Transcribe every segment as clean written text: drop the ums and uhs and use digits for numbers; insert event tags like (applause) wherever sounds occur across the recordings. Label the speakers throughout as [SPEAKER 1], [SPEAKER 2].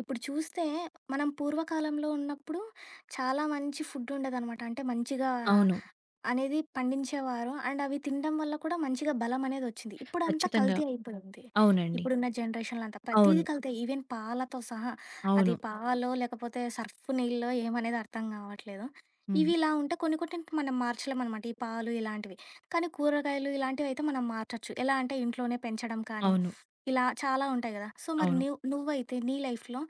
[SPEAKER 1] ఇప్పుడు చూస్తే మనం పూర్వకాలంలో ఉన్నప్పుడు చాలా మంచి ఫుడ్ ఉండేదన్నమాట. అంటే మంచిగా
[SPEAKER 2] అవును.
[SPEAKER 1] అనేది పండించేవారు. అండ్ అవి తినడం వల్ల కూడా మంచిగా బలం అనేది వచ్చింది. ఇప్పుడంతా
[SPEAKER 2] ఖచ్చితంగా.
[SPEAKER 1] కల్తీ అయిపోయింది.
[SPEAKER 2] అవునండి.
[SPEAKER 1] ఇప్పుడున్న జనరేషన్‌లో అంతా ప్రతీది
[SPEAKER 2] అవును.
[SPEAKER 1] కల్తీ. ఈవెన్ పాలతో సహా. అది
[SPEAKER 2] అవును.
[SPEAKER 1] పాలో లేకపోతే సర్ఫ్ నీళ్ళో ఏమనేది అర్థం కావట్లేదు.
[SPEAKER 2] హ్మ్.
[SPEAKER 1] ఇవి ఇలా ఉంటే కొన్ని కొన్నిటిని మనం మార్చలేమనమాట. ఈ పాలు ఇలాంటివి. కానీ కూరగాయలు ఇలాంటివైతే మనం మార్చొచ్చు. ఎలా అంటే ఇంట్లోనే పెంచడం కానీ,
[SPEAKER 2] అవును.
[SPEAKER 1] ఇలా చాలా ఉంటాయి గదా! సో, మరి
[SPEAKER 2] అవును.
[SPEAKER 1] నువ్వైతే నీ లైఫ్‌లో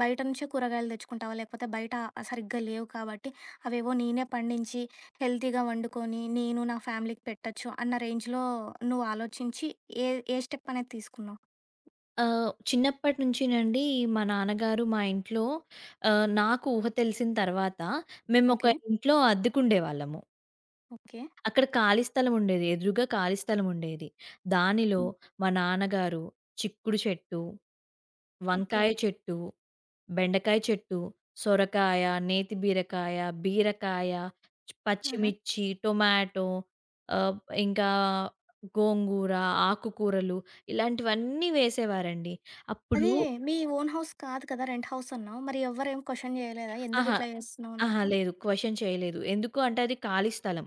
[SPEAKER 1] బయట నుంచే కూరగాయలు తెచ్చుకుంటావా? లేకపోతే బయట సరిగ్గా లేవు కాబట్టి అవేవో నేనే పండించి, హెల్తీగా వండుకొని, నేను నా ఫ్యామిలీకి పెట్టొచ్చు అన్న రేంజ్‌లో నువ్వు ఆలోచించి ఏ ఏ స్టెప్ అనేది తీసుకున్నావు?
[SPEAKER 2] చిన్నప్పటి నుంచినండి మా నాన్నగారు మా ఇంట్లో నాకు ఊహ తెలిసిన తర్వాత
[SPEAKER 1] ఓకే.
[SPEAKER 2] మేమొక ఇంట్లో అద్దెకుండేవాళ్ళము.
[SPEAKER 1] ఓకే.
[SPEAKER 2] అక్కడ ఖాళీ స్థలం ఉండేది. ఎదురుగా ఖాళీ స్థలం ఉండేది. దానిలో
[SPEAKER 1] హ్మ్.
[SPEAKER 2] మా నాన్నగారు చిక్కుడు చెట్టు,
[SPEAKER 1] ఓకే.
[SPEAKER 2] వంకాయ చెట్టు, బెండకాయ చెట్టు, సొరకాయ, నేతి బీరకాయ, బీరకాయ,
[SPEAKER 1] ఆహా!
[SPEAKER 2] పచ్చిమిర్చి, టొమాటో, ఆహ్, ఇంకా గోంగూర, ఆకుకూరలు ఇలాంటివన్నీ వేసేవారండి. అప్పుడు
[SPEAKER 1] అది మీ ఓన్ హౌస్ కాదు కదా! రెంట్ హౌస్ అన్నావు. మరి ఎవ్వరేం క్వెషన్ చేయలేదా? ఎందుకు
[SPEAKER 2] అహా!
[SPEAKER 1] ఇట్లా చేస్తున్నావు
[SPEAKER 2] అహా!
[SPEAKER 1] అన్నట్టు?
[SPEAKER 2] లేదు, క్వెషన్ చేయలేదు. ఎందుకు అంటే అది ఖాళీ స్థలం.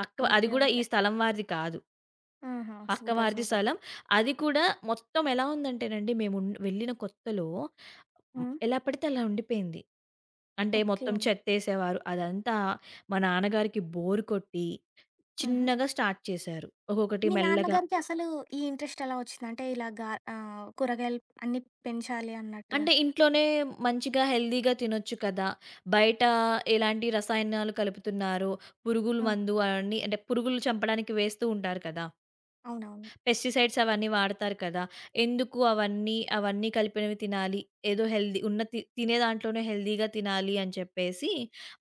[SPEAKER 2] పక్క అది
[SPEAKER 1] ఓకే.
[SPEAKER 2] గూడా ఈ
[SPEAKER 1] ఓకే.
[SPEAKER 2] స్థలం వారిది కాదు.
[SPEAKER 1] ఆహా!
[SPEAKER 2] పక్క
[SPEAKER 1] సూపర్.
[SPEAKER 2] వారిది
[SPEAKER 1] సూపర్.
[SPEAKER 2] స్థలం. అది కూడా మొత్తం ఎలా ఉందంటేనండి, వెళ్ళిన కొత్తలో హ్మ్,
[SPEAKER 1] హ్మ్.
[SPEAKER 2] ఎలా పడితే అలా ఉండిపోయింది. అంటే
[SPEAKER 1] ఓకే.
[SPEAKER 2] మొత్తం చెత్తేసేవారు. అదంతా మా నాన్నగారికి బోర్ కొట్టి
[SPEAKER 1] ఆహా!
[SPEAKER 2] చిన్నగా స్టార్ట్ చేశారు, ఒక్కొక్కటి
[SPEAKER 1] మీ
[SPEAKER 2] మెల్లగా.
[SPEAKER 1] నాన్నగారికి అసలు ఈ ఇంట్రెస్ట్ ఎలా వచ్చింది? అంటే ఇలా గా కూరగాయలు అన్నీ పెంచాలి అన్నట్టుగా.
[SPEAKER 2] అంటే ఇంట్లోనే మంచిగా హెల్తీగా తినొచ్చు కదా! బయట ఎలాంటి రసాయనాలు కలుపుతున్నారో, పురుగుల
[SPEAKER 1] ఆ!
[SPEAKER 2] మందు అవన్నీ, అంటే పురుగులు చంపడానికి వేస్తూ ఉంటారు కదా!
[SPEAKER 1] అవునవును.
[SPEAKER 2] పెస్టిసైడ్స్ అవన్నీ వాడతారు కదా! ఎందుకు అవన్నీ, అవన్నీ కలిపినవి తినాలి? ఏదో హెల్తీ ఉన్న తినే దాంట్లోనే హెల్తీగా తినాలి అని చెప్పేసి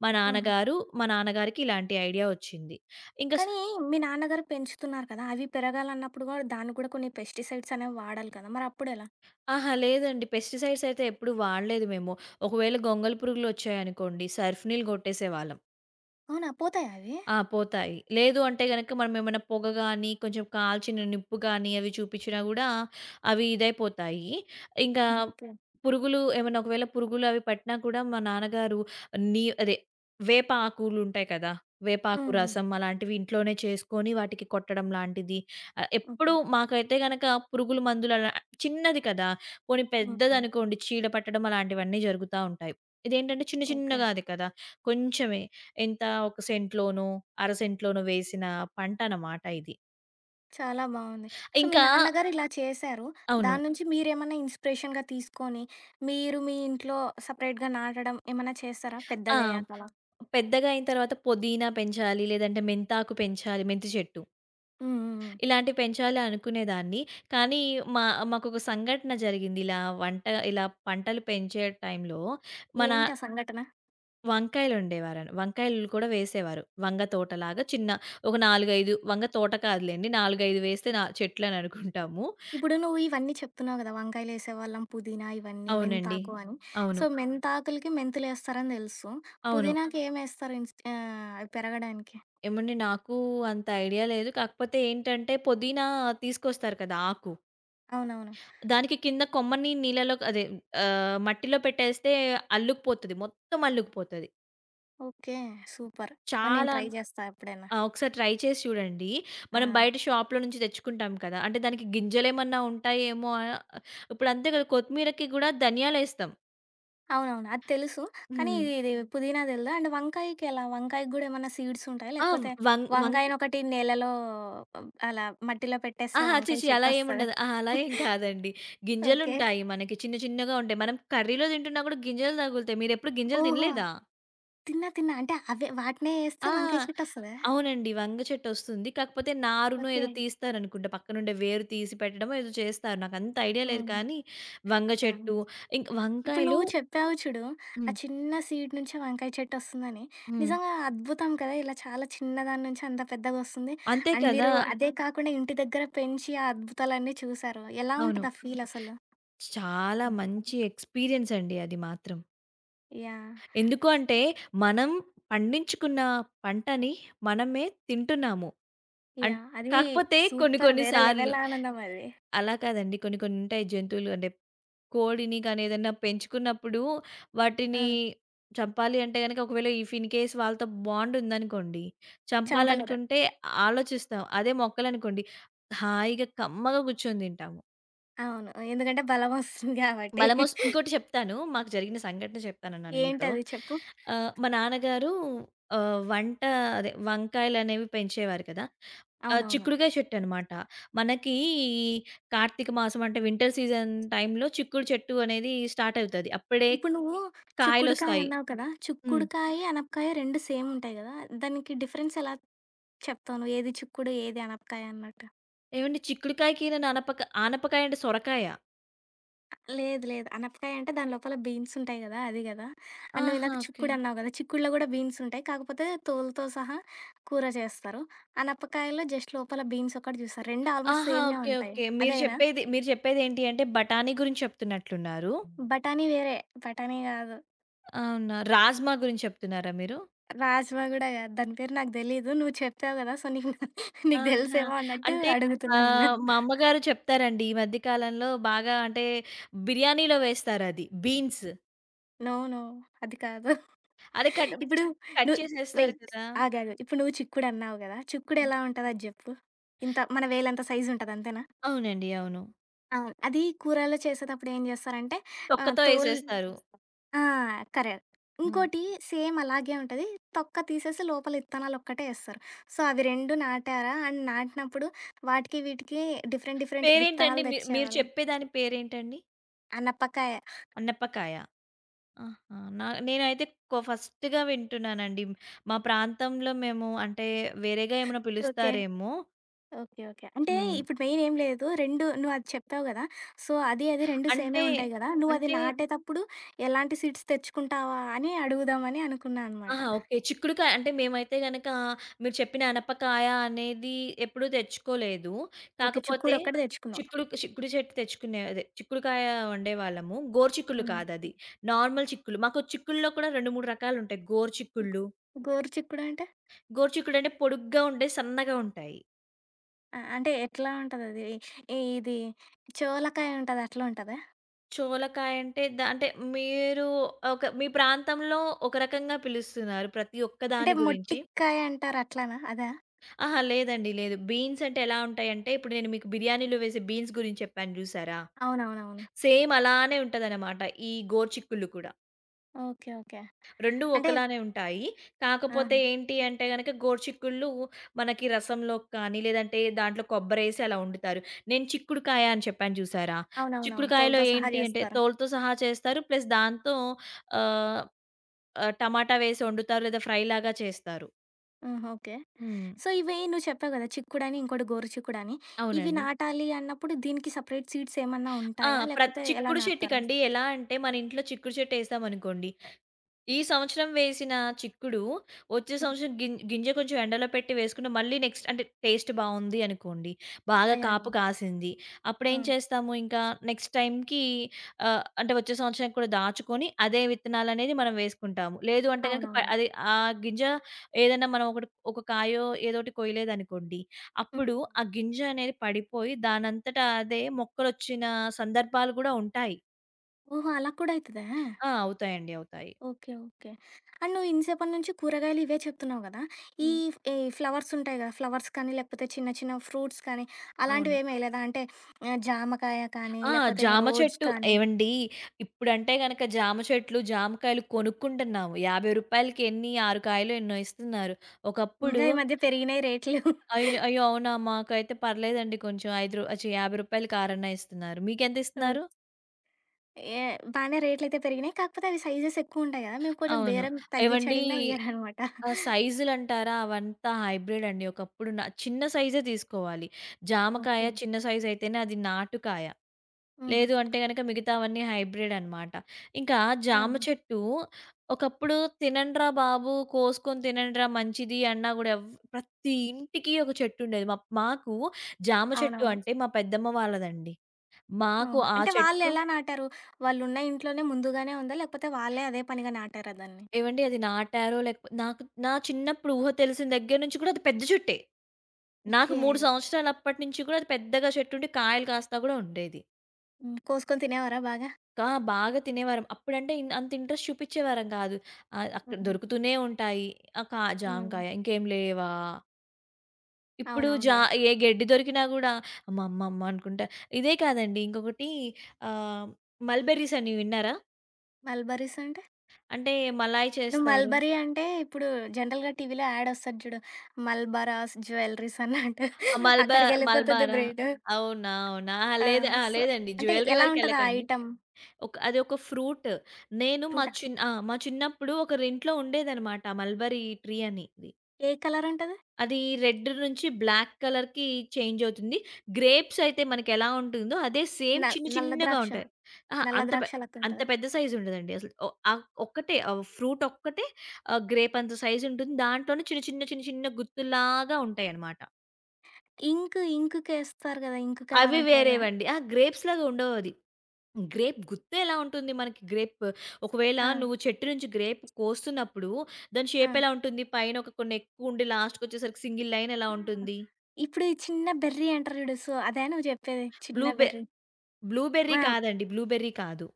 [SPEAKER 2] మా
[SPEAKER 1] ఆహా!
[SPEAKER 2] నాన్నగారు మా నాన్నగారికి ఇలాంటి ఐడియా వచ్చింది. ఇంక స్
[SPEAKER 1] కానీ మీ నాన్నగారు పెంచుతున్నారు కదా! అవి పెరగాలన్నప్పుడు కూడా దానికి కూడా కొన్ని పెస్టిసైడ్స్ అనేవి వాడాలి కదా! మరప్పుడెలా?
[SPEAKER 2] అహా, లేదండి. పెస్టిసైడ్స్ అయితే ఎప్పుడు వాడలేదు మేము. ఒకవేళ గొంగళి పురుగులొచ్చాయనుకోండి, సర్ఫ్ నీళ్ళు కొట్టేసేవాళ్ళం.
[SPEAKER 1] అవునా? పోతాయా అవి?
[SPEAKER 2] ఆ, పోతాయి. లేదు అంటే గనక మనమేమన్నా పొగ గాని, కొంచెం కాల్చిన నిప్పు గాని అవి చూపించినా గూడా అవి ఇదైపోతాయి. ఇంకా
[SPEAKER 1] ఆహా! ఓకే.
[SPEAKER 2] పురుగులు ఏమన్నా ఒకవేళ పురుగులు అవి పట్టినా కూడా మా నాన్నగారు నీ అదే వేప ఆకులుంటాయి కదా! వేపాకు
[SPEAKER 1] హ్మ్.
[SPEAKER 2] రసం
[SPEAKER 1] హ్మ్.
[SPEAKER 2] అలాంటివి ఇంట్లోనే చేసుకొని వాటికి కొట్టడం లాంటిది. ఎప్పుడూ
[SPEAKER 1] ఓకే.
[SPEAKER 2] మాకైతే గనక పురుగుల మందులు అలా చిన్నది కదా! పోనీ
[SPEAKER 1] హ్మ్. హ్మ్.
[SPEAKER 2] పెద్దదనుకోండి, చీడ పట్టడం అలాంటివన్నీ జరుగుతా ఉంటాయి. ఇదేంటంటే చిన్న
[SPEAKER 1] ఓకే.
[SPEAKER 2] చిన్నగా అది కదా! కొంచెమే. ఎంత ఒక సెంట్‌లోనో, అర సెంట్‌లోనో వేసిన పంటన్నమాట ఇది.
[SPEAKER 1] చాలా బావుంది. సో, మీ
[SPEAKER 2] ఇంకా
[SPEAKER 1] నాన్నగారు ఇలా చేశారు.
[SPEAKER 2] అవును.
[SPEAKER 1] దాని నుంచి మీరేమన్నా ఇన్‌స్పిరేషన్‌గా తీసుకొని, మీరు మీ ఇంట్లో సెపరేట్‌గా నాటడం ఏమన్నా చేస్తారా
[SPEAKER 2] ఆ,
[SPEAKER 1] పెద్దగయ్యాక అలా?
[SPEAKER 2] పెద్దగా అయిన తర్వాత పుదీనా పెంచాలి, లేదంటే మెంతాకు పెంచాలి, మెంతి చెట్టు,
[SPEAKER 1] హ్మ్. హ్మ్. హ్మ్.
[SPEAKER 2] ఇలాంటివి పెంచాలి అనుకునేదాన్ని. కానీ మా మాకొక సంఘటన జరిగింది. ఇలా పంటలు పెంచే టైంలో మన
[SPEAKER 1] ఏంటి ఆ సంఘటన?
[SPEAKER 2] వంకాయలుండేవారు. వంకాయలు కూడా వేసేవారు. వంగ తోటలాగా చిన్న ఒక 4, 5 వంగ తోట కాదులెండి. 4, 5 వేస్తే నా చెట్లని అనుకుంటాము.
[SPEAKER 1] ఇప్పుడు నువ్వు ఇవన్నీ చెప్తున్నావు కదా! వంకాయలేసేవాళ్ళం, పుదీనా ఇవన్నీ,
[SPEAKER 2] అవునండి.
[SPEAKER 1] మెంతాకు అని.
[SPEAKER 2] అవును.
[SPEAKER 1] సో, అవును. మెంతాకులకి మెంతులేస్తారని తెలుసు.
[SPEAKER 2] అవును.
[SPEAKER 1] పుదీనాకి అవును. ఏమేస్తారు అవి పెరగడానికి?
[SPEAKER 2] ఏమండి, నాకు అంత ఐడియా లేదు. కాకపోతే ఏంటంటే పుదీనా తీసుకొస్తారు కదా, ఆకు.
[SPEAKER 1] అవునవును.
[SPEAKER 2] దానికి కింద కొమ్మని నీళ్ళలో అదే మట్టిలో పెట్టేస్తే అల్లుకుపోతది. మొత్తం అల్లుకుపోతది.
[SPEAKER 1] ఓకే. సూపర్. నేను
[SPEAKER 2] చాలా.
[SPEAKER 1] ట్రై చేస్తా ఎప్పుడైనా.
[SPEAKER 2] ఆ, ఒకసారి ట్రై చేసి చూడండి. మనం
[SPEAKER 1] ఆ!
[SPEAKER 2] బయట షాప్‌లో నుంచి తెచ్చుకుంటాం కదా! అంటే దానికి గింజలేమన్నా ఉంటాయేమో ఇప్పుడు అంతే కదా! కొత్తిమీరకి కూడా ధనియాలేస్తాం.
[SPEAKER 1] అవునవును. అది తెలుసు. కానీ
[SPEAKER 2] హ్మ్.
[SPEAKER 1] ఇది ఇది పుదీనా తెలీదు. అండ్ వంకాయకి ఎలా? వంకాయకి గూడా ఏమన్నా సీడ్స్ ఉంటాయా?
[SPEAKER 2] ఆ!
[SPEAKER 1] లేకపోతే
[SPEAKER 2] వం వంక్
[SPEAKER 1] వంకాయనొకటి నేలలో అలా మట్టిలో పెట్టేస్తే
[SPEAKER 2] అహా, ఛీ!
[SPEAKER 1] వంకాయ
[SPEAKER 2] ఛీ! అలా
[SPEAKER 1] చెట్టొస్తదా?
[SPEAKER 2] ఏముండదు. అహా, అలా ఏం
[SPEAKER 1] (laughs)
[SPEAKER 2] కాదండి.
[SPEAKER 1] ఓకే.
[SPEAKER 2] గింజలుంటాయి మనకి, చిన్న చిన్నగా ఉంటాయి. మనం కర్రీలో తింటున్నా కూడా గింజలు తగులుతాయి. మీరెప్పుడు గింజలు
[SPEAKER 1] ఓహో!
[SPEAKER 2] తినలేదా?
[SPEAKER 1] తిన్నా, తిన్నా. అంటే అవే వాటినే ఏస్తే
[SPEAKER 2] ఆ,
[SPEAKER 1] వంకాయ చెట్టొస్తదా?
[SPEAKER 2] అవునండి. వంగ చెట్టొస్తుంది. కాకపోతే నారును
[SPEAKER 1] ఓకే.
[SPEAKER 2] ఏదో తీస్తారనుకుంటా. పక్కనుండే వేరు తీసి పెట్టడమో ఏదో చేస్తారు. నాకంత ఐడియా లేదు
[SPEAKER 1] హ్మ్.
[SPEAKER 2] కానీ వంగ
[SPEAKER 1] యాహ్!
[SPEAKER 2] చెట్టు, ఇంక
[SPEAKER 1] ఇప్పుడు
[SPEAKER 2] వంకాయలు.
[SPEAKER 1] నువ్వు చెప్పావు చూడు, ఆ
[SPEAKER 2] హ్మ్.
[SPEAKER 1] చిన్న సీడ్ నుంచే వంకాయ చెట్టొస్తుందని.
[SPEAKER 2] హ్మ్.
[SPEAKER 1] నిజంగా అద్భుతం కదా! ఇలా చాలా చిన్నదాని నుంచి అంత పెద్దగొస్తుంది.
[SPEAKER 2] అంతే
[SPEAKER 1] అండ్
[SPEAKER 2] కదా!
[SPEAKER 1] మీరు అంతే అదే కదా! కాకుండా ఇంటి దగ్గర పెంచి ఆ అద్భుతాలన్నీ చూసారు. ఎలా
[SPEAKER 2] అవును.
[SPEAKER 1] ఉంటది ఆ ఫీల్ అసలు?
[SPEAKER 2] చాలా మంచి ఎక్స్‌పీరియన్స్ అండి అది మాత్రం.
[SPEAKER 1] యాహ్!
[SPEAKER 2] ఎందుకు అంటే మనం పండించుకున్న పంటని మనమే తింటున్నాము. అన్
[SPEAKER 1] యాహ్! అది
[SPEAKER 2] కాకపోతే కొన్ని
[SPEAKER 1] సూపర్.
[SPEAKER 2] కొన్ని
[SPEAKER 1] వేరే
[SPEAKER 2] సార్లు
[SPEAKER 1] లెవెల్ ఆనందం అది.
[SPEAKER 2] అలా కాదండి. కొన్ని కొన్ని ఉంటాయి, జంతువులు అంటే కోడిని గాని ఏదన్నా పెంచుకున్నప్పుడు
[SPEAKER 1] ఆ!
[SPEAKER 2] వాటిని చంపాలి అంటే గనక ఒకవేళ ఇఫ్ ఇన్ కేస్ వాళ్ళతో బాండ్ ఉందనుకోండి,
[SPEAKER 1] చంపలేరు.
[SPEAKER 2] చంపాలనుకుంటే ఆలోచిస్తాం. అదే మొక్కలనుకోండి హాయిగా కమ్మగా కూర్చొని తింటాము.
[SPEAKER 1] అవును. ఎందుకంటే బలమొస్తుంది గాబట్టి.
[SPEAKER 2] ఇంకోటి చెప్తాను. మాకు జరిగిన సంఘటన చెప్తానన్నాను మీతో.
[SPEAKER 1] ఏంటది చెప్పు?
[SPEAKER 2] మా నాన్నగారు, ఆహ్, వంట అదే వంకాయలనేవి పెంచేవారు కదా!
[SPEAKER 1] అవునవును.
[SPEAKER 2] చిక్కుడుకాయ చెట్టు అనమాట. మనకి ఈ కార్తీక మాసం అంటే వింటర్ సీజన్ టైంలో చిక్కుడు చెట్టు అనేది స్టార్ట్ అవుతది. అప్పుడే
[SPEAKER 1] ఇప్పుడు నువ్వు చిక్కుడుకాయ
[SPEAKER 2] కాయలొస్తాయి.
[SPEAKER 1] అన్నావు కదా!
[SPEAKER 2] హ్మ్.
[SPEAKER 1] చిక్కుడుకాయ, అనపకాయ 2 సేమ్ ఉంటాయి గదా! దానికి డిఫరెన్స్ ఎలా చెప్తావు నువ్వు? ఏది చిక్కుడు, ఏది అనపకాయ అన్నట్టు?
[SPEAKER 2] ఏవండి, చిక్కుడుకాయకి నేను ఆనపకాయ అంటే సొరకాయ.
[SPEAKER 1] లేదు. లేదు. అనపకాయ అంటే దాని లోపల బీన్స్ ఉంటాయి గదా! అది గదా! అండ్ నువ్వు
[SPEAKER 2] ఆహా!
[SPEAKER 1] ఇందాక
[SPEAKER 2] ఓకే.
[SPEAKER 1] చిక్కుడు అన్నావు గదా! చిక్కుడులో గూడా బీన్స్ ఉంటాయి. కాకపోతే తోలుతో సహా కూర చేస్తారు. అనపకాయలో జస్ట్ లోపల బీన్స్ ఒక్కటి చూస్తారు. 2 ఆల్మోస్ట్
[SPEAKER 2] ఆహా!
[SPEAKER 1] సేమే
[SPEAKER 2] ఓకే.
[SPEAKER 1] ఉంటాయి.
[SPEAKER 2] ఓకే. మీరు
[SPEAKER 1] అదేనా?
[SPEAKER 2] చెప్పేది, మీరు చెప్పేదేంటి అంటే బఠానీ గురించి చెప్తున్నట్లున్నారు.
[SPEAKER 1] బఠానీ వేరే. బఠానీ గాదు.
[SPEAKER 2] అవునా! రాజ్మా గురించి చెప్తున్నారా మీరు?
[SPEAKER 1] రాజ్మా గూడా గాదు. దాని పేరు నాకు తెలీదు. నువ్వు చెప్పావు గదా! సో, నీకు నీకు
[SPEAKER 2] ఆహా!
[SPEAKER 1] తెలుసేమో అన్నట్టు
[SPEAKER 2] అంటే
[SPEAKER 1] అడుగుతున్నా నిన్ను.
[SPEAKER 2] మా అమ్మగారు చెప్తారండి. ఈ మధ్య కాలంలో బాగా అంటే బిర్యానీలో వేస్తారది బీన్స్.
[SPEAKER 1] నో. నో. అది కాదు.
[SPEAKER 2] అది కట్
[SPEAKER 1] ఇప్పుడు
[SPEAKER 2] కట్
[SPEAKER 1] ను
[SPEAKER 2] చేసేస్తారు
[SPEAKER 1] వెయిట్.
[SPEAKER 2] కదా!
[SPEAKER 1] ఆగాగు. ఇప్పుడు నువ్వు చిక్కుడన్నావు గదా!
[SPEAKER 2] హ్మ్.
[SPEAKER 1] చిక్కుడెలా ఉంటది అది జెప్పు? ఇంత మన వేలంత సైజ్ ఉంటది అంతేనా?
[SPEAKER 2] అవునండి. అవును.
[SPEAKER 1] ఆ! అది కూరల్లో చేసేటప్పుడు ఏం జేస్తారంటే
[SPEAKER 2] తొక్కతో
[SPEAKER 1] తోలు
[SPEAKER 2] ఏసేస్తారు.
[SPEAKER 1] ఆ! కరెక్ట్.
[SPEAKER 2] హ్మ్.
[SPEAKER 1] ఇంకోటి సేమ్ అలాగే ఉంటది. తొక్క తీసేసి లోపల ఇత్తనాలొక్కటే యేస్తారు. సో, అవి 2 నాటారా? అండ్ నాటినప్పుడు వాటికి వీటికి డిఫరెంట్ డిఫరెంట్
[SPEAKER 2] పేరేంటండి?
[SPEAKER 1] విత్తనాలు
[SPEAKER 2] మీరు
[SPEAKER 1] తెచ్చేవాళ్ళా?
[SPEAKER 2] చెప్పే దాని పేరేంటండి?
[SPEAKER 1] ఆ! నప్పకాయ.
[SPEAKER 2] అన్నపకాయ. ఆహా! నేనైతే ఫస్ట్‌గా వింటున్నానండి. మా ప్రాంతంలో మేము అంటే వేరేగా ఏమైనా
[SPEAKER 1] ఓకే.
[SPEAKER 2] పిలుస్తారేమో.
[SPEAKER 1] ఓకే. ఓకే. అంటే
[SPEAKER 2] హ్మ్.
[SPEAKER 1] ఇప్పుడు మెయిన్ ఏం లేదు. 2 నువ్వు అది చెప్పావు గదా! సో, అది 2 సేమే
[SPEAKER 2] అంటే
[SPEAKER 1] ఉంటాయి గదా! నువ్వు అది
[SPEAKER 2] అంటే
[SPEAKER 1] నాటేతప్పుడు ఎలాంటి సీడ్స్ తెచ్చుకుంటావా అని అడుగుదామని అనుకున్నా అనమాట.
[SPEAKER 2] ఆహా! ఓకే. చిక్కుడుకాయ అంటే మేమైతే గనక మీరు చెప్పిన అనపకాయ అనేది ఎప్పుడూ తెచ్చుకోలేదు.
[SPEAKER 1] ఓకే.
[SPEAKER 2] కాకపోతే
[SPEAKER 1] చిక్కుడు ఒక్కటి తెచ్చుకున్నావు.
[SPEAKER 2] చిక్కుడు చిక్కుడు చెట్టు తెచ్చుకునే అదే చిక్కుడుకాయ వండేవాళ్ళము. గోరుచిక్కుళ్ళు
[SPEAKER 1] హ్మ్.
[SPEAKER 2] కాదది. నార్మల్ చిక్కుళ్ళు. మాకు చిక్కుల్లో కూడా 2, 3 రకాలుంటాయి. గోరుచిక్కుళ్ళు,
[SPEAKER 1] గోరు చిక్కుడు అంటే?
[SPEAKER 2] గోరుచిక్కుడు అంటే పొడుగ్గా ఉంటాయి, సన్నగా ఉంటాయి.
[SPEAKER 1] ఆ! అంటే ఎట్లా ఉంటదది? ఈ చోలకాయ ఉంటది అట్లా ఉంటదా?
[SPEAKER 2] చోలకాయ అంటే అంటే మీరు ఒక మీ ప్రాంతంలో ఒక రకంగా పిలుస్తున్నారు ప్రతి ఒక్క
[SPEAKER 1] అంటే
[SPEAKER 2] దాని గురించి.
[SPEAKER 1] మొట్టికాయ అంటారు అట్లానా? అదా?
[SPEAKER 2] అహా, లేదండి. లేదు. బీన్స్ అంటే ఎలా ఉంటాయంటే, ఇప్పుడు నేను మీకు బిర్యానీలో వేసే బీన్స్ గురించి చెప్పాను జూసారా?
[SPEAKER 1] అవునవునవును.
[SPEAKER 2] సేమ్ అలానే ఉంటదనమాట ఈ గోరుచిక్కుళ్ళు కూడా.
[SPEAKER 1] ఓకే. ఓకే.
[SPEAKER 2] 2
[SPEAKER 1] అంటే
[SPEAKER 2] ఒకలానే ఉంటాయి. కాకపోతే
[SPEAKER 1] ఆహా!
[SPEAKER 2] ఏంటి అంటే గనక, గోరుచిక్కుళ్ళు మనకి రసంలోకి కానీ, లేదంటే దాంట్లో కొబ్బరేసి అలా వండుతారు. నేను చిక్కుడుకాయ అని చెప్పాను జూసారా?
[SPEAKER 1] అవునవునవును.
[SPEAKER 2] చిక్కుడుకాయలో
[SPEAKER 1] తోలుతో సహా
[SPEAKER 2] ఏంటి అంటే,
[SPEAKER 1] జేస్తారు.
[SPEAKER 2] తోలుతో సహా చేస్తారు. ప్లస్ దాంతో ఆహ్, ఆహ్, టమాటా వేసి వండుతారు. లేదా ఫ్రైలాగా చేస్తారు.
[SPEAKER 1] హ్మ్. ఓకే.
[SPEAKER 2] హ్మ్.
[SPEAKER 1] సో ఇవే నువ్వు చెప్పావు కదా! చిక్కుడని, ఇంకోటి గోరు చిక్కుడని. ఇవి
[SPEAKER 2] అవునండి.
[SPEAKER 1] నాటాలి అన్నప్పుడు దీనికి సెపరేట్ సీడ్స్ ఏమన్నా
[SPEAKER 2] ఆ!
[SPEAKER 1] ఉంటాయా? లేకపోతే ఎలా
[SPEAKER 2] చిక్కుడు
[SPEAKER 1] నాటుతారు?
[SPEAKER 2] చెట్టుకండి ఎలా అంటే, మన ఇంట్లో చిక్కుడు చెట్టేసామనుకోండి, ఈ సంవత్సరం వేసిన చిక్కుడు, వచ్చే
[SPEAKER 1] హ్మ్.
[SPEAKER 2] సంవత్సరం గింజ కొంచెం ఎండలో పెట్టి వేసుకుంటే మళ్ళీ నెక్స్ట్ అంటే టేస్ట్ బావుంది అనుకోండి, బాగా
[SPEAKER 1] అయ్యా!
[SPEAKER 2] కాపు కాసింది.
[SPEAKER 1] ఆ!
[SPEAKER 2] అప్పుడేం చేస్తాము ఇంకా నెక్స్ట్ టైమ్‌కి అంటే వచ్చే సంవత్సరానికి కూడా దాచుకొని అదే విత్తనాలనేది మనం వేసుకుంటాము. లేదు అంటే గనుక
[SPEAKER 1] అవునవును.
[SPEAKER 2] అది ఆ గింజ ఏదైనా మనం ఒక కాయో ఏదోటి కొయ్యలేదనుకోండి,
[SPEAKER 1] హ్మ్.
[SPEAKER 2] అప్పుడు ఆ గింజ అనేది పడిపోయి దానంతట అదే మొక్కలొచ్చిన సందర్భాలు గూడా ఉంటాయి.
[SPEAKER 1] ఓహో! అలా కూడా అయితదా?
[SPEAKER 2] ఆ, అవుతాయండి. అవుతాయి.
[SPEAKER 1] ఓకే. ఓకే. అండ్ నువ్వు ఇన్నిసేపటి నుంచి కూరగాయలు ఇవే చెప్తున్నావు గదా!
[SPEAKER 2] హ్మ్.
[SPEAKER 1] ఈ ఫ్లవర్స్ ఉంటాయి గదా! ఫ్లవర్స్ కానీ, లేకపోతే చిన్న చిన్న ఫ్రూట్స్ కానీ,
[SPEAKER 2] అవును.
[SPEAKER 1] అలాంటివేమి ఎయలేదా? అంటే జామకాయ కానీ,
[SPEAKER 2] ఆ,
[SPEAKER 1] లేకపోతే
[SPEAKER 2] జామ
[SPEAKER 1] రోజ్
[SPEAKER 2] చెట్టు.
[SPEAKER 1] కానీ,
[SPEAKER 2] ఏవండీ ఇప్పుడంటే గనక జామ చెట్లు, జామకాయలు కొనుక్కుంటున్నాము. రూ. 50కి ఎన్ని, 6 కాయలో ఎన్నో ఇస్తున్నారు. ఒకప్పుడు
[SPEAKER 1] ఇంగా ఈ మధ్య పెరిగినాయి రేట్లు.
[SPEAKER 2] అయ్యో! అయ్యో! అవునా! మాకైతే పర్లేదండి, కొంచెం ఐదు రూ. 5 రూ. 50కి 6 ఇస్తున్నారు. మీకెంత ఇస్తున్నారు?
[SPEAKER 1] ఏ బానే రేట్లయితే పెరిగినాయి. కాకపోతే అవి సైజెస్ ఎక్కువుంటాయి గదా! మేము కొంచెం
[SPEAKER 2] అవును.
[SPEAKER 1] బేరం తగ్గిచ్చి
[SPEAKER 2] ఏవండీ,
[SPEAKER 1] అడిగినా ఇయ్యరనమాట.
[SPEAKER 2] సైజులంటారా, అవంతా హైబ్రిడ్ అండి. ఒకప్పుడు చిన్న సైజే తీసుకోవాలి. జామకాయ
[SPEAKER 1] ఓకే.
[SPEAKER 2] చిన్న సైజయితేనే అది నాటుకాయ.
[SPEAKER 1] హుహు.
[SPEAKER 2] లేదు అంటే గనక మిగతావన్నీ హైబ్రిడ్ అనమాట. ఇంకా జామ
[SPEAKER 1] ఆహా!
[SPEAKER 2] చెట్టు ఒకప్పుడు తినండ్రా బాబు, కోసుకొని తినండ్రా మంచిది అన్నా గూడా ప్రతి ఇంటికి ఒక చెట్టుండేది. మాకు జామ చెట్టు
[SPEAKER 1] అవునవును.
[SPEAKER 2] అంటే మా పెద్దమ్మ వాళ్ళదండి. మాకు
[SPEAKER 1] ఓహో!
[SPEAKER 2] ఆ
[SPEAKER 1] అంటే
[SPEAKER 2] చెట్టు
[SPEAKER 1] వాళ్ళెలా నాటారు? వాళ్ళున్న ఇంట్లోనే ముందుగానే ఉందా? లేకపోతే వాళ్ళే అదే పనిగా నాటారా దాన్ని?
[SPEAKER 2] ఏవండీ అది నాటారో లేకపో, నాకు నా చిన్నప్పుడు ఊహ తెలిసిన దగ్గర నుంచి కూడా అది పెద్ద చెట్టే. నాకు
[SPEAKER 1] ఓకే.
[SPEAKER 2] 3 సంవత్సరాలు అప్పటి నుంచి కూడా అది పెద్దగా చెట్టుండి కాయలు కాస్తా గూడా ఉండేది.
[SPEAKER 1] హ్మ్. కోసుకొని తినేవారా బాగా?
[SPEAKER 2] ఆ, బాగా తినేవారం. అప్పుడంటే అంత ఇంట్రెస్ట్ చూపిచ్చేవారం గాదు. అక్కడ
[SPEAKER 1] హుహు.
[SPEAKER 2] దొరుకుతూనే ఉంటాయి. ఆహ్, కా
[SPEAKER 1] హ్మ్.
[SPEAKER 2] జామకాయ ఇంకేం లేవా? ఇప్పుడు జా
[SPEAKER 1] అవునవునులే.
[SPEAKER 2] ఏ గెడ్డి దొరికినా గూడా అమ్మ, అమ్మ, అమ్మ అనుకుంటా. ఇదే కాదండి ఇంకొకటి ఆహ్, మల్బెర్రీస్ అని విన్నారా?
[SPEAKER 1] మల్బరీస్ అంటే?
[SPEAKER 2] అంటే మలాయ్
[SPEAKER 1] నువ్వు
[SPEAKER 2] చేస్తారు.
[SPEAKER 1] మల్బరీ అంటే ఇప్పుడు జనరల్‌గా టీవీలో యాడ్ ఒస్తది జూడు. మల్బరాస్ జ్యువెలరీస్ అన్నట్టు.
[SPEAKER 2] ఆ! మల్బ
[SPEAKER 1] అక్కడికెళ్ళిపోతుంది
[SPEAKER 2] మల్బారా?
[SPEAKER 1] బ్రెయిను.
[SPEAKER 2] అవునా? అవునా? అహా,
[SPEAKER 1] ఆ!
[SPEAKER 2] లేదు, అహా,
[SPEAKER 1] సో,
[SPEAKER 2] లేదండి.
[SPEAKER 1] అంటే
[SPEAKER 2] జ్యువెలరీ
[SPEAKER 1] ఎలా ఉంటది ఆ
[SPEAKER 2] వరకెళ్ళకండి.
[SPEAKER 1] ఐటెమ్?
[SPEAKER 2] ఒక అదొక ఫ్రూట్. నేను మా
[SPEAKER 1] ఫ్రూట్
[SPEAKER 2] చిన్ ఆ, మా చిన్నప్పుడు ఒకరింట్లో ఉండేదనమాట మల్బరీ ట్రీ అనేది.
[SPEAKER 1] ఏ కలరంటది?
[SPEAKER 2] అది రెడ్ నుంచి బ్లాక్ కలర్‌కి చేంజ్ అవుతుంది. గ్రేప్స్ అయితే మనకెలా ఉంటుందో అదే సేమ్, చిన్న
[SPEAKER 1] నల్ల
[SPEAKER 2] చిన్నగా
[SPEAKER 1] ద్రాక్ష.
[SPEAKER 2] ఉంటాయి. అహా!
[SPEAKER 1] నల్ల
[SPEAKER 2] అంత పె
[SPEAKER 1] ద్రాక్ష
[SPEAKER 2] అంత
[SPEAKER 1] లెక్కుంటదా?
[SPEAKER 2] పెద్ద సైజ్ ఉండదండి అసలు. ఒ ఆహ్, ఒక్కటే ఆహ్, ఫ్రూట్ ఒక్కటే ఆహ్, గ్రేప్ అంత సైజ్ ఉంటుంది. దాంట్లోనే చిన్న చిన్న గుత్తుల్లాగా ఉంటాయన్నమాట.
[SPEAKER 1] ఇంకుకేస్తారు గదా! ఇంకు
[SPEAKER 2] అవి
[SPEAKER 1] కలరంటారు అదా?
[SPEAKER 2] వేరేవండి. ఆ, గ్రేప్స్ లాగా ఉండవు అది. గ్రేప్ గుత్తే ఎలా ఉంటుంది మనకి గ్రేప్ ఒకవేళ
[SPEAKER 1] ఆ!
[SPEAKER 2] నువ్వు చెట్టు నుంచి గ్రేప్ కోస్తున్నప్పుడు దాని
[SPEAKER 1] ఆ!
[SPEAKER 2] షేప్ ఎలా ఉంటుంది? పైన ఒక కొన్ని ఎక్కువ ఉండి లాస్ట్‌కొచ్చేసరికి సింగిల్ లైన్ ఎలా
[SPEAKER 1] ఆ!
[SPEAKER 2] ఉంటుంది?
[SPEAKER 1] ఇప్పుడు ఈ చిన్న బెర్రీ అంటారు జూడు. సో, అదా నువ్వు జెప్పేది? చిన్న
[SPEAKER 2] బ్లూ బె
[SPEAKER 1] బెర్రీ.
[SPEAKER 2] బ్లూబెర్రీ
[SPEAKER 1] ఆ!
[SPEAKER 2] కాదండి. బ్లూబెర్రీ కాదు.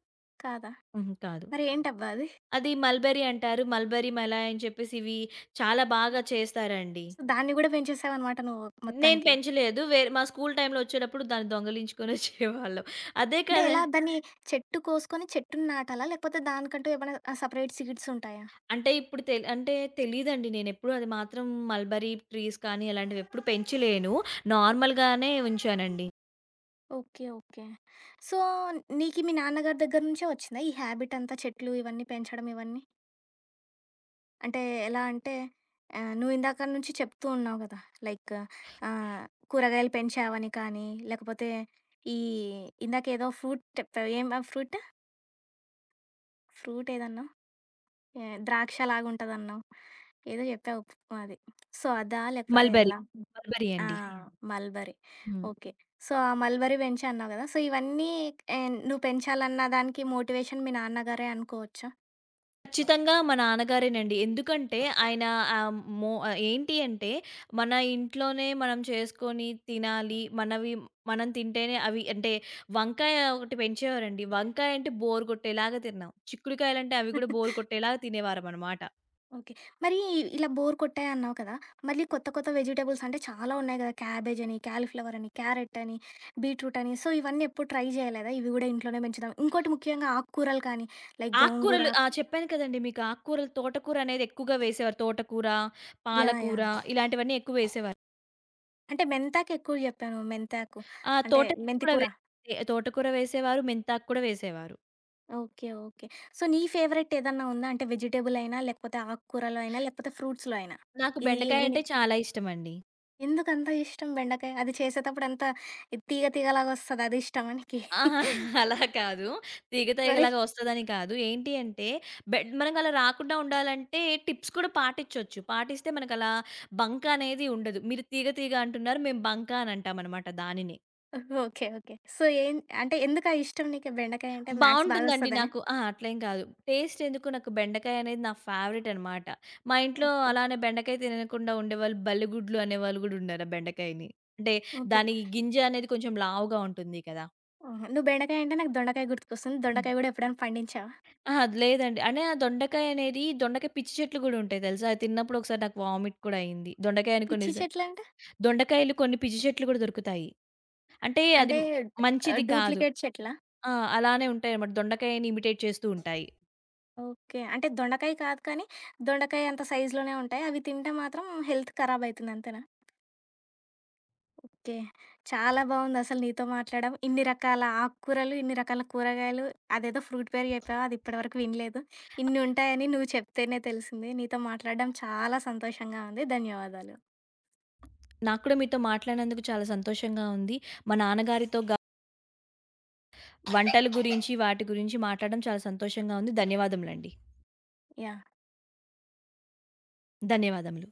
[SPEAKER 1] కాదా?
[SPEAKER 2] హుహు. కాదు.
[SPEAKER 1] మరి ఏంటబ్బా అది?
[SPEAKER 2] అది మల్బెర్రీ అంటారు. మల్బెర్రీ మలాయ్ అని చెప్పేసి ఇవి చాలా బాగా చేస్తారండి.
[SPEAKER 1] సో, దాన్ని గూడా పెంచేసావనమాట నువ్వు
[SPEAKER 2] నేను
[SPEAKER 1] మొత్తానికి.
[SPEAKER 2] పెంచలేదు. వేరే మా స్కూల్ టైమ్‌లో వచ్చేటప్పుడు దాన్ని దొంగలించుకొని వచ్చేవాళ్ళం. అదే
[SPEAKER 1] అంటే
[SPEAKER 2] కదా!
[SPEAKER 1] ఎలా? దాన్ని చెట్టు కోసుకొని చెట్టుని నాటాలా? లేకపోతే దానికంటూ ఏమైనా సెపరేట్ సీడ్స్ ఉంటాయా?
[SPEAKER 2] అంటే ఇప్పుడు అంటే తెలీదండి. నేనెప్పుడు అది మాత్రం మల్బెర్రీ ట్రీస్ కానీ అలాంటివి ఎప్పుడు పెంచలేను. నార్మల్‌గానే ఉంచానండి.
[SPEAKER 1] ఓకే. ఓకే. సో, నీకి మీ నాన్నగారి దగ్గర నుంచే వచ్చిందా ఈ హాబిట్ అంతా చెట్లు ఇవన్నీ పెంచడం ఇవన్నీ? అంటే ఎలా అంటే నువ్వు ఇందాక నుంచి చెప్తూ ఉన్నావు గదా! లైక్ ఆహ్, కూరగాయలు పెంచావని కానీ, లేకపోతే ఈ ఇందాకేదో ఫ్రూట్ చెప్పావు. ఏం ఆ ఫ్రూట్? ఫ్రూట్ ఏదన్నావు? ఏ ద్రాక్షలాగుంటదన్నావు. ఏదో చెప్పావు అది. సో, అదా? లేకపోతే
[SPEAKER 2] మల్బెర్రీ.
[SPEAKER 1] ఎలా?
[SPEAKER 2] మల్బెర్రీ
[SPEAKER 1] ఆ!
[SPEAKER 2] అండి.
[SPEAKER 1] మల్బరీ.
[SPEAKER 2] హ్మ్.
[SPEAKER 1] ఓకే. సో, ఆ మల్బరీ పెంచా అన్నావు గదా! సో, ఇవన్నీ నువ్వు పెంచాలన్న దానికి మోటివేషన్ మీ నాన్నగారే అనుకోవచ్చా?
[SPEAKER 2] ఖచ్చితంగా మా నాన్నగారేనండి. ఎందుకంటే ఆయన ఆహ్, ఏంటి అంటే మన ఇంట్లోనే మనం చేసుకొని తినాలి. మనవి మనం తింటేనే, అవి అంటే వంకాయ ఒకటి పెంచేవారండి. వంకాయ అంటే బోర్ కొట్టేలాగా తిన్నాం. చిక్కుడుకాయలంటే అవి కూడా బోర్ కొట్టేలాగా తినేవారమనమాట.
[SPEAKER 1] ఓకే. మరి ఇలా బోర్ కొట్టాయన్నావు కదా! మళ్ళీ కొత్త కొత్త వెజిటబుల్స్ అంటే చాలా ఉన్నాయి గదా! క్యాబేజ్ అని, కాలీఫ్లవర్ అని, క్యారెట్ అని, బీట్రూట్ అని. సో, ఇవన్నీ ఎప్పుడు ట్రై చేయలేదా? ఇవి గూడా ఇంట్లోనే పెంచుదాం. ఇంకోటి ముఖ్యంగా ఆకుకూరలు కానీ లైక్ గోంగూర.
[SPEAKER 2] ఆకుకూరలు, ఆ, చెప్పాను కదండీ మీకు, ఆకుకూరలు తోటకూర అనేది ఎక్కువగా వేసేవారు. తోటకూర,
[SPEAKER 1] యాహ్!
[SPEAKER 2] పాలకూర
[SPEAKER 1] యాహ్!
[SPEAKER 2] ఇలాంటివన్నీ ఎక్కువ వేసేవారు.
[SPEAKER 1] అంటే మెంతాకు ఎక్కువ చెప్పాను. మెంతాకు
[SPEAKER 2] ఆ,
[SPEAKER 1] అంటే
[SPEAKER 2] తోటకూర
[SPEAKER 1] మెంతి
[SPEAKER 2] కూడా
[SPEAKER 1] కూర.
[SPEAKER 2] తోటకూర వేసేవారు. మెంతాకు కూడా వేసేవారు.
[SPEAKER 1] ఓకే. ఓకే. సో, నీ ఫేవరెట్ ఏదన్నా ఉందా? అంటే వెజిటబుల్ అయినా, లేకపోతే ఆకుకూరలో అయినా, లేకపోతే ఫ్రూట్స్‌లో అయినా?
[SPEAKER 2] నాకు
[SPEAKER 1] ఇది
[SPEAKER 2] బెండకాయ
[SPEAKER 1] నేను
[SPEAKER 2] అంటే చాలా ఇష్టమండి.
[SPEAKER 1] ఎందుకంత ఇష్టం బెండకాయ? అది చేసేటప్పుడు అంతా తీగ తీగలాగా వస్తది. అది ఇష్టమా నీకి?
[SPEAKER 2] అహా, అలా కాదు. తీగ
[SPEAKER 1] వరి.
[SPEAKER 2] తీగలాగా వస్తదని కాదు. ఏంటి అంటే బెడ్ మనకలా రాకుండా ఉండాలంటే టిప్స్ కూడా పాటించొచ్చు. పాటిస్తే మనకలా బంక అనేది ఉండదు. మీరు తీగ తీగ అంటున్నారు. మేము బంక అని అంటామనమాట దానిని.
[SPEAKER 1] ఓకే. ఓకే. సో, ఏం అంటే ఎందుకా ఇష్టం నీకు బెండకాయ అంటే మ్యాథ్స్
[SPEAKER 2] బావుంటుందండి
[SPEAKER 1] బాగొస్తదనా?
[SPEAKER 2] నాకు. ఆ, అట్లేం కాదు. టేస్ట్ ఎందుకు, నాకు బెండకాయ అనేది నా ఫేవరెట్ అనమాట. మా ఇంట్లో
[SPEAKER 1] ఓకే.
[SPEAKER 2] అలానే బెండకాయ తినకుండా ఉండేవాళ్ళు బల్లిగుడ్లు అనేవాళ్ళు గూడా ఉన్నారు ఆ బెండకాయని. అంటే
[SPEAKER 1] ఓకే.
[SPEAKER 2] దాని గింజ అనేది కొంచెం లావుగా ఉంటుంది కదా!
[SPEAKER 1] ఆహా! నువ్వు బెండకాయ అంటే నాకు దొండకాయ గుర్తుకొస్తుంది. దొండకాయ గూడా ఎప్పుడైనా పండించావా?
[SPEAKER 2] అహా, అది లేదండి. అంటే ఆ దొండకాయ అనేది, దొండకాయ పిచ్చి చెట్లు గూడా ఉంటాయి తెలుసా? అది తిన్నప్పుడు ఒకసారి నాకు వామిట్ కూడా అయింది. దొండకాయ అని కొన్ని
[SPEAKER 1] పిచ్చి చెట్లంటే?
[SPEAKER 2] దొండకాయలు కొన్ని పిచ్చి చెట్లు గూడా దొరుకుతాయి. అంటే అది
[SPEAKER 1] అంటే
[SPEAKER 2] మంచిది కాదు.
[SPEAKER 1] డూప్లికేట్ చెట్లా?
[SPEAKER 2] ఆ, అలానే ఉంటాయన్నమాట. దొండకాయని ఇమిటేట్ చేస్తూ ఉంటాయి.
[SPEAKER 1] ఓకే. అంటే దొండకాయ కాదు కానీ, దొండకాయ అంత సైజులోనే ఉంటాయి. అవి తింటే మాత్రం హెల్త్ ఖరాబ్ అయితుంది అంతేనా? ఓకే. చాలా బావుందసలు నీతో మాట్లాడడం. ఇన్ని రకాల ఆకుకూరలు, ఇన్ని రకాల కూరగాయలు, అదేదో ఫ్రూట్ పేరు చెప్పావు అది ఇప్పటివరకు వినలేదు. ఇన్ని ఉంటాయని నువ్వు చెప్తేనే తెలిసింది. నీతో మాట్లాడడం చాలా సంతోషంగా ఉంది. ధన్యవాదాలు.
[SPEAKER 2] నాకు కూడా మీతో మాట్లాడినందుకు చాలా సంతోషంగా ఉంది. మా నాన్నగారితో గా వంటల గురించి, వాటి గురించి మాట్లాడడం చాలా సంతోషంగా ఉంది. ధన్యవాదములండి.
[SPEAKER 1] యాహ్!
[SPEAKER 2] ధన్యవాదములు.